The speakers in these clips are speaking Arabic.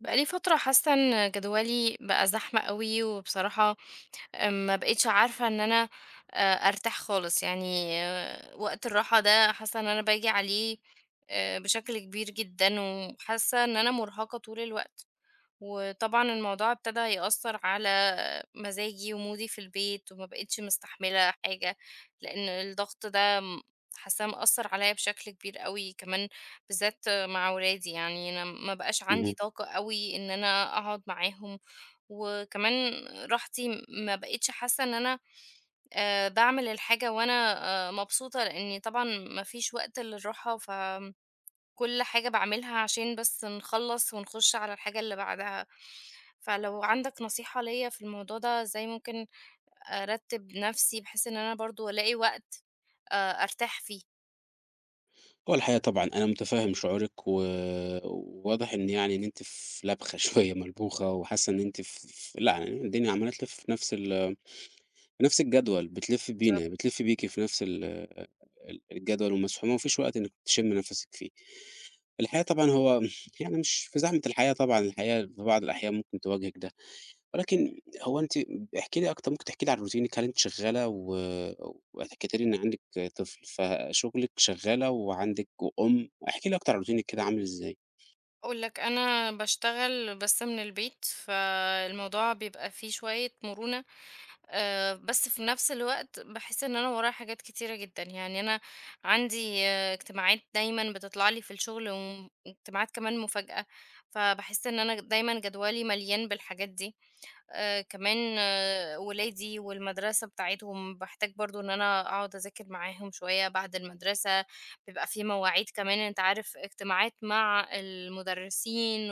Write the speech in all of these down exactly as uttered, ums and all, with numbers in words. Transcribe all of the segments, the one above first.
بقالي فترة حاسة ان جدولي بقى زحمة قوي، وبصراحة ما بقيتش عارفة ان انا آه، ارتاح خالص، يعني آه، وقت الراحة ده حاسة ان انا باجي عليه آه، بشكل كبير جدا. وحاسة ان انا مرهقة طول الوقت، وطبعًا الموضوع ابتدى يأثّر على مزاجي ومودي في البيت، وما بقيتش مستحملة حاجة، لإن الضغط ده م حاسّاه مأثّر عليَّ بشكل كبير أوي، كمان بالذات مع ولادي، يعني أنا ما بقاش عندي اهم. طاقة أوي إن أنا أقعد معاهم. وكمان راحتي م- ما بقيتش حاسّة إن أنا آآ باعمل الحاجة وأنا آآ مبسوطة، لإني طبعًا ما فيش وقت للراحة، ف كل حاجة باعملها عشان بس نخلّص ونخش على الحاجة اللي بعدها. فلو عندك نصيحة ليّا في الموضوع ده، إزاي ممكن أرتّب نفسي بحيث إن أنا برضه ألاقي وقت آآ أرتاح فيه؟ هو الحقيقة طبعًا أنا متفهم شعورِك، و وواضح إن يعني إن أنتِ في لبخة شوية ملبوخة، وحاسة إن أنتِ ف ف لأ، يعني الدنيا عمّالة تلِف في نفس ال في نفس الجدول، بتلِف بينا، بالضبط. بتلِف بيكِ في نفس ال ال الجدول ومسحومة، وما فيش وقت إنِّك تشمي نفسِك فيه. الحقيقة طبعًا هو يعني مش في زحمة الحياة طبعًا، الحياة في بعض الأحيان ممكن تواجهِك ده. ولكن هو أنتِ احكي لي أكتر، ممكن تحكي لي عن روتينِك، هل أنتِ شغّالة و وحكيتِ لي إن عندِك طفل، فشغلِك شغّالة وعندِك وأم، احكي لي أكتر عن روتينِك كده عامل إزاي؟ أقول لك أنا باشتغل بس من البيت، فالموضوع بيبقى فيه شوية مرونة، آآ، بس في نفس الوقت باحس إن أنا ورايا حاجات كتيرة جدًا. يعني أنا عندي آه، اجتماعات دايمًا بتطلع لي في الشغل، واجتماعات كمان مفاجأة، فباحس إن أنا دايمًا جدولي مليان بالحاجات دي. آآ كمان آه، ولادي والمدرسة بتاعتهم، باحتاج برضه إن أنا أقعد أذاكر معاهم شوية بعد المدرسة، بيبقى في مواعيد كمان، أنت عارف، اجتماعات مع المدرسين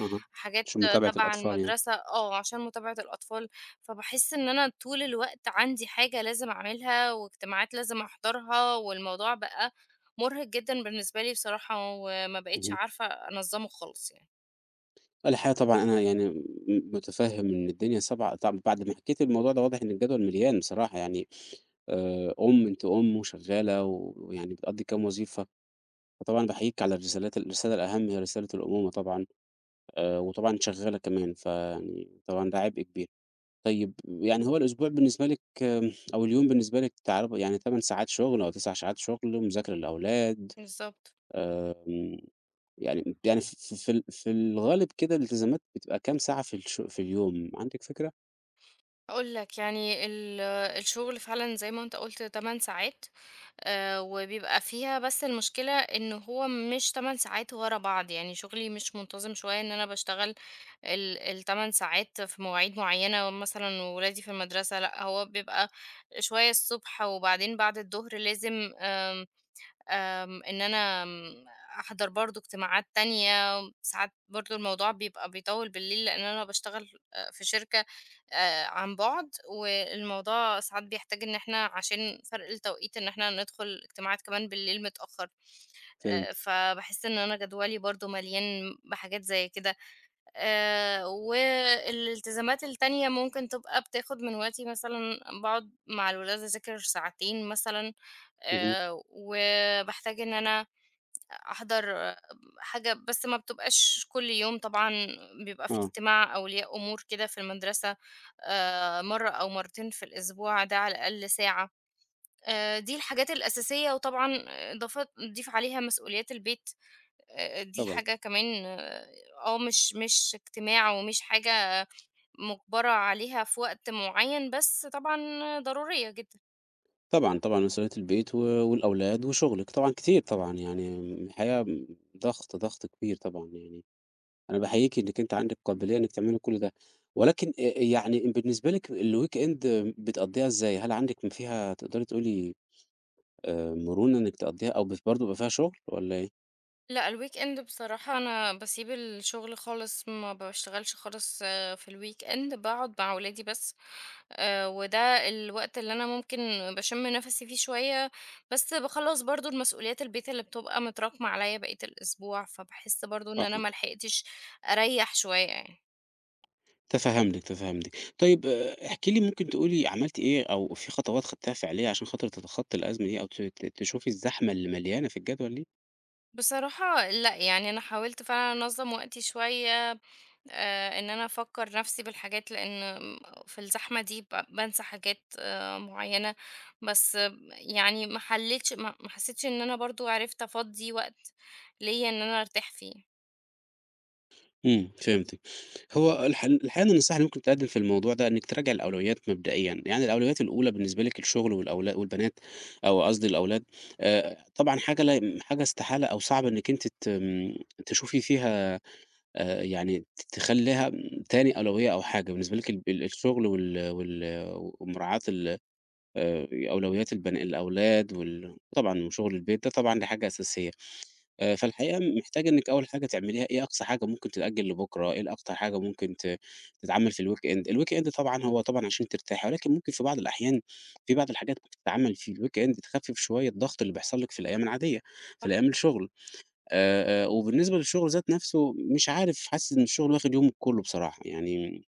أها، عشان آه، متابعة تبع الأطفال يعني، المدرسة، آه، عشان متابعة الأطفال، فباحس إن أنا طول الوقت عندي حاجة لازم أعملها واجتماعات لازم أحضرها، والموضوع بقى مُرهق جدًا بالنسبة لي بصراحة، وما بقيتش اهم. عارفة أنظّمه خالص يعني. الحقيقة طبعًا أنا يعني م متفهّم إن الدنيا صعبة طبعًا بعد ما حكيتِ الموضوع ده واضح إن الجدول مليان بصراحة يعني، آآ، أم أنتِ أم وشغّالة و ويعني بتقضّي كام وظيفة، فطبعًا باحييكِ على الرسالات الرسالة الأهم هي رسالة الأمومة طبعًا. آآ وطبعًا شغّالة كمان، فيعني طبعًا ده عبء كبير. طيب يعني هو الأسبوع بالنسبة لك آمم أو اليوم بالنسبة لك تعرب يعني تمن ساعات شُغل أو تسعة ساعات شُغل، مذاكرة للأولاد، بالضبط. آمم يعني يعني ف ف في ال في الغالب كده الالتزامات بتبقى كام ساعة في الش في اليوم، عندِك فكرة؟ هاقول لك، يعني ال الشغل فعلًا زي ما أنت قُلت ثماني ساعات، آآ وبيبقى فيها، بس المشكلة إن هو مش تمن ساعات ورا بعض. يعني شغلي مش منتظم، شوية إن أنا باشتغل ال ال8 ساعات في مواعيد معيّنة مثلًا وولادي في المدرسة، لأ هو بيبقى شوية الصبح، وبعدين بعد الضهر لازم آمم آمم، إن أنا آمم، أحضر برضه اجتماعات تانية. ساعات برضه الموضوع بيبقى بيطوّل بالليل، لإن أنا باشتغل آآ، في شركة آآ، عن بُعد، والموضوع ساعات بيحتاج إن إحنا عشان فرق التوقيت إن إحنا ندخل اجتماعات كمان بالليل متأخر. آآ، فهمت. فباحس إن أنا جدولي برضه مليان بحاجات زي كده. آآ، والالتزامات التانية ممكن تبقى بتاخد من وقتي، مثلًا باقعد مع الولاد أذاكر ساعتين مثلًا. اهم، آآ، وباحتاج إن أنا أحضر آه، حاجة، بس ما بتبقاش كل يوم طبعًا. بيبقى في آه، اجتماع أولياء أمور كده في المدرسة آآ، مرّة أو مرّتين في الأسبوع، ده على الأقل ساعة. آآ، دي الحاجات الأساسية، وطبعًا إضافات ضيف عليها مسؤوليات البيت. آآ، دي طبعًا. حاجة كمان، آه، آه، مش مش اجتماع ومش حاجة مُجبرة عليها في وقت معين، بس طبعًا ضرورية جدًا. طبعًا، طبعًا مسؤولية البيت و والأولاد وشُغلِك، طبعًا كتير طبعًا، يعني الحقيقة ضغط، ضغط كبير طبعًا يعني. أنا باحييكِ إنِّك أنتِ عندِك قابلية إنِّك تعملي كل ده، ولكن آآ يعني بالنسبة لِك الweekend بتقضّيها إزاي؟ هل عندِك م فيها تقدري تقولي آآ مرونة إنِّك تقضّيها أو بس برضه بيبقى فيها شغل والّا إيه؟ لأ الweekend بصراحة أنا باسيب الشغل خالص، ما باشتغلش خالص، آه، في الweekend باقعد مع ولادي بس. آآ، وده الوقت اللي أنا ممكن باشم نفسي فيه شوية، بس باخلّص برضه المسؤوليات البيت اللي بتبقى متراكمة عليَّ بقية الأسبوع، فباحس برضه إن أها، أنا ما لحقتش أريّح شوية يعني. تفهّمتِك، تفهّمتِك. طيب آآ احكي لي ممكن تقولي عملتِ إيه أو في خطوات خدتيها فعلية عشان خاطر تتخطّي الأزمة دي أو ت ت تشوفي الزحمة اللي مليانة في الجدول دي؟ بصراحة لأ، يعني أنا حاولت فعلًا أنظّم وقتي شوية، آآ، إن أنا أفكّر نَفْسي بالحاجات، لإن في الزحمة دي ب بانسى حاجات آآ، معيّنة. بس آه، يعني ما حلّيتش، ما ما حسّيتش إن أنا برضه عرفت أفضّي وقت ليّا إن أنا أرتاح فيه. إمم، فهمتِك. هو الح الحقيقة إن النصيحة اللي ممكن تتقدم في الموضوع ده إنِّك تراجعي الأولويات مبدئيًا، يعني الأولويات الأولى بالنسبة لِك الشغل والأولا والبنات أو قصدي الأولاد، آآ طبعًا حاجة لا حاجة استحالة أو صعب إنِّك أنتِ ت آمم، تشوفي فيها آآ يعني ت تخلّيها تاني أولوية أو حاجة، بالنسبة لِك ال ال الشغل وال وال ومراعاة ال آآ أولويات البن الأولاد وال طبعًا وشغل البيت، ده طبعًا دي حاجة أساسية. آآ، فالحقيقة محتاجة إنِّك أول حاجة تعمليها إيه أقصى حاجة ممكن تتأجل لبُكرة، إيه الأكتر حاجة ممكن ت تتعمل في الweekend. الweekend طبعًا هو طبعًا عشان ترتاحي، ولكن ممكن في بعض الأحيان في بعض الحاجات بتتعمل في الweekend تخفف شوية الضغط اللي بيحصل لِك في الأيام العادية، في الأيام الشغل. آآ، آآ، وبالنسبة للشغل ذات نفسه مش عارف، حاسس إن الشغل واخد يومِك كله بصراحة، يعني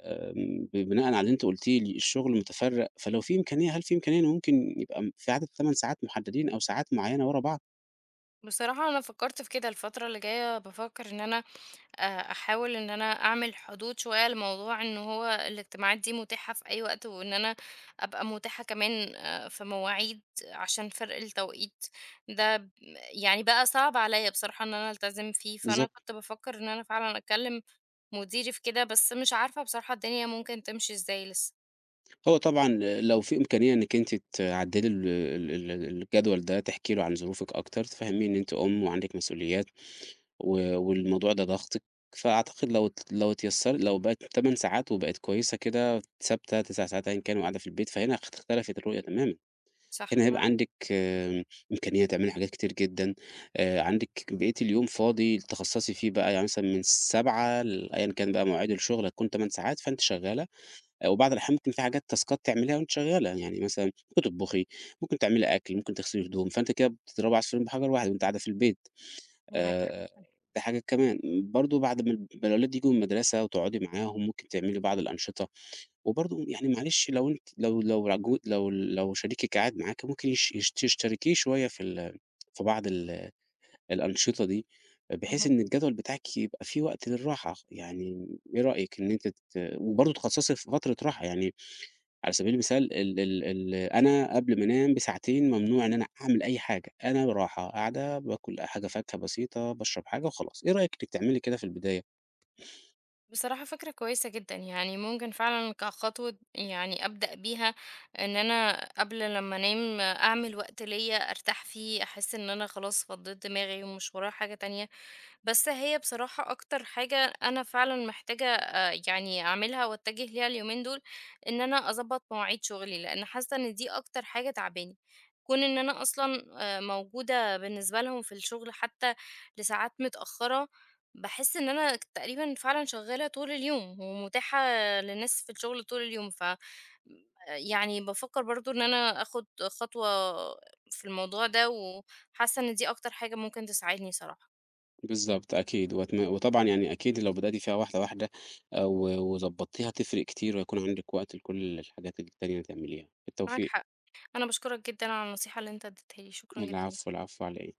آمم، ب بناءً على اللي أنتِ قلتيه لي الشغل متفرّق، فلو في إمكانية هل في إمكانية إنه ممكن يبقى م في عدد تمن ساعات محددين أو ساعات معيّنة ورا بعض؟ بصراحة أنا فكّرت في كده الفترة اللي جاية، بافكّر إن أنا آآ، أحاول إن أنا أعمل حدود شوية لموضوع إن هو الاجتماعات دي متاحة في أي وقت، وإن أنا أبقى متاحة كمان آآ، في مواعيد عشان فرق التوقيت ده ب يعني بقى صعب عليّا بصراحة إن أنا ألتزم فيه، فأنا بالضبط. كنت بافكر إن أنا فعلًا أكلم مديري في كده، بس مش عارفة بصراحة الدنيا ممكن تمشي إزاي لسه. هو طبعًا لو في إمكانية إنِّك أنتِ تعدّلي ال ال ال الجدول ده، تحكي له عن ظروفِك أكتر، تفهّميه إن أنتِ أُم وعندِك مسؤوليات و والموضوع ده ضاغطِك، فأعتقد لو ات لو اتيسّر لو بقت ثماني ساعات وبقت كويسة كده ثابتة تسعة ساعات أيًا كان وقاعدة في البيت، فهنا اخت اختلفت الرؤية تمامًا، صح، هنا هيبقى معاك عندِك آمم إمكانية تعملي حاجات كتير جدًا، آآ عندِك بقية اليوم فاضي تخصّصي فيه بقى، يعني مثلًا من سبعة ل أيًا كان بقى مواعيد الشغل هتكون تمن ساعات، فأنتِ شغّالة آآ وبعض الأحيان ممكن في حاجات تاسكات تعمليها وأنتِ شغّالة، يعني مثلًا بتطبخي، ممكن تعملي أكل، ممكن تغسلي هدوم، فأنتِ كده بتضربي عصفورين بحجر واحد وأنتِ قاعدة في البيت. معاك حق آآ فعلًا. دي حاجة كمان، برضه بعد ما ال الأولاد ييجوا من المدرسة وتقعدي معاهم، ممكن تعملي بعض الأنشطة، وبرضه يعني معلش لو أنتِ لو لو جو لو لو شريكِك قاعد معاكِ ممكن يش يش تشتركيه شوية في ال في بعض ال الأنشطة دي، بحيث اهم. إن الجدول بتاعِك يبقى فيه وقت للراحة، يعني إيه رأيك إن أنتِ ت وبرضه تخصصي في فترة راحة يعني على سبيل المثال ال ال ال أنا قبل ما أنام بساعتين ممنوع إن أنا أعمل أي حاجة، أنا راحة، قاعدة باكل حاجة فاكهة بسيطة، باشرب حاجة وخلاص، إيه رأيِك إنِّك تعملي كده في البداية؟ بصراحة فكرة كويسة جدا، يعني ممكن فعلا كخطوة يعني أبدأ بيها، إن أنا قبل لما أنام أعمل وقت ليا أرتاح فيه، أحس إن أنا خلاص فضيت دماغي ومش ورايا حاجة تانية. بس هي بصراحة أكتر حاجة أنا فعلًا محتاجة آآ يعني أعملها وأتجه ليها اليومين دول، إن أنا أضبّط مواعيد شغلي، لإن حاسة إن دي أكتر حاجة تاعباني. كون إن أنا أصلًا آآ موجودة بالنسبة لهم في الشغل حتى لساعات متأخرة، باحس إن أنا ك تقريبًا فعلًا شغّالة طول اليوم ومتاحة للناس في الشغل طول اليوم. ف يعني بافكر برضه إن أنا آخُد خطوة في الموضوع ده، وحاسة إن دي أكتر حاجة ممكن تساعدني صراحة. بالضبط، أكيد وأتم وطبعًا يعني أكيد لو بدأتِ فيها واحدة واحدة آآ و وضبطتيها تفرق كتير وهيكون عندِك وقت لكل الحاجات التانية اللي تعمليها، معاك بالتوفيق. حق. أنا باشكرك جدًا على النصيحة اللي أنت اديتها لي، شكرًا جدًا. العفو، العفو على إيه؟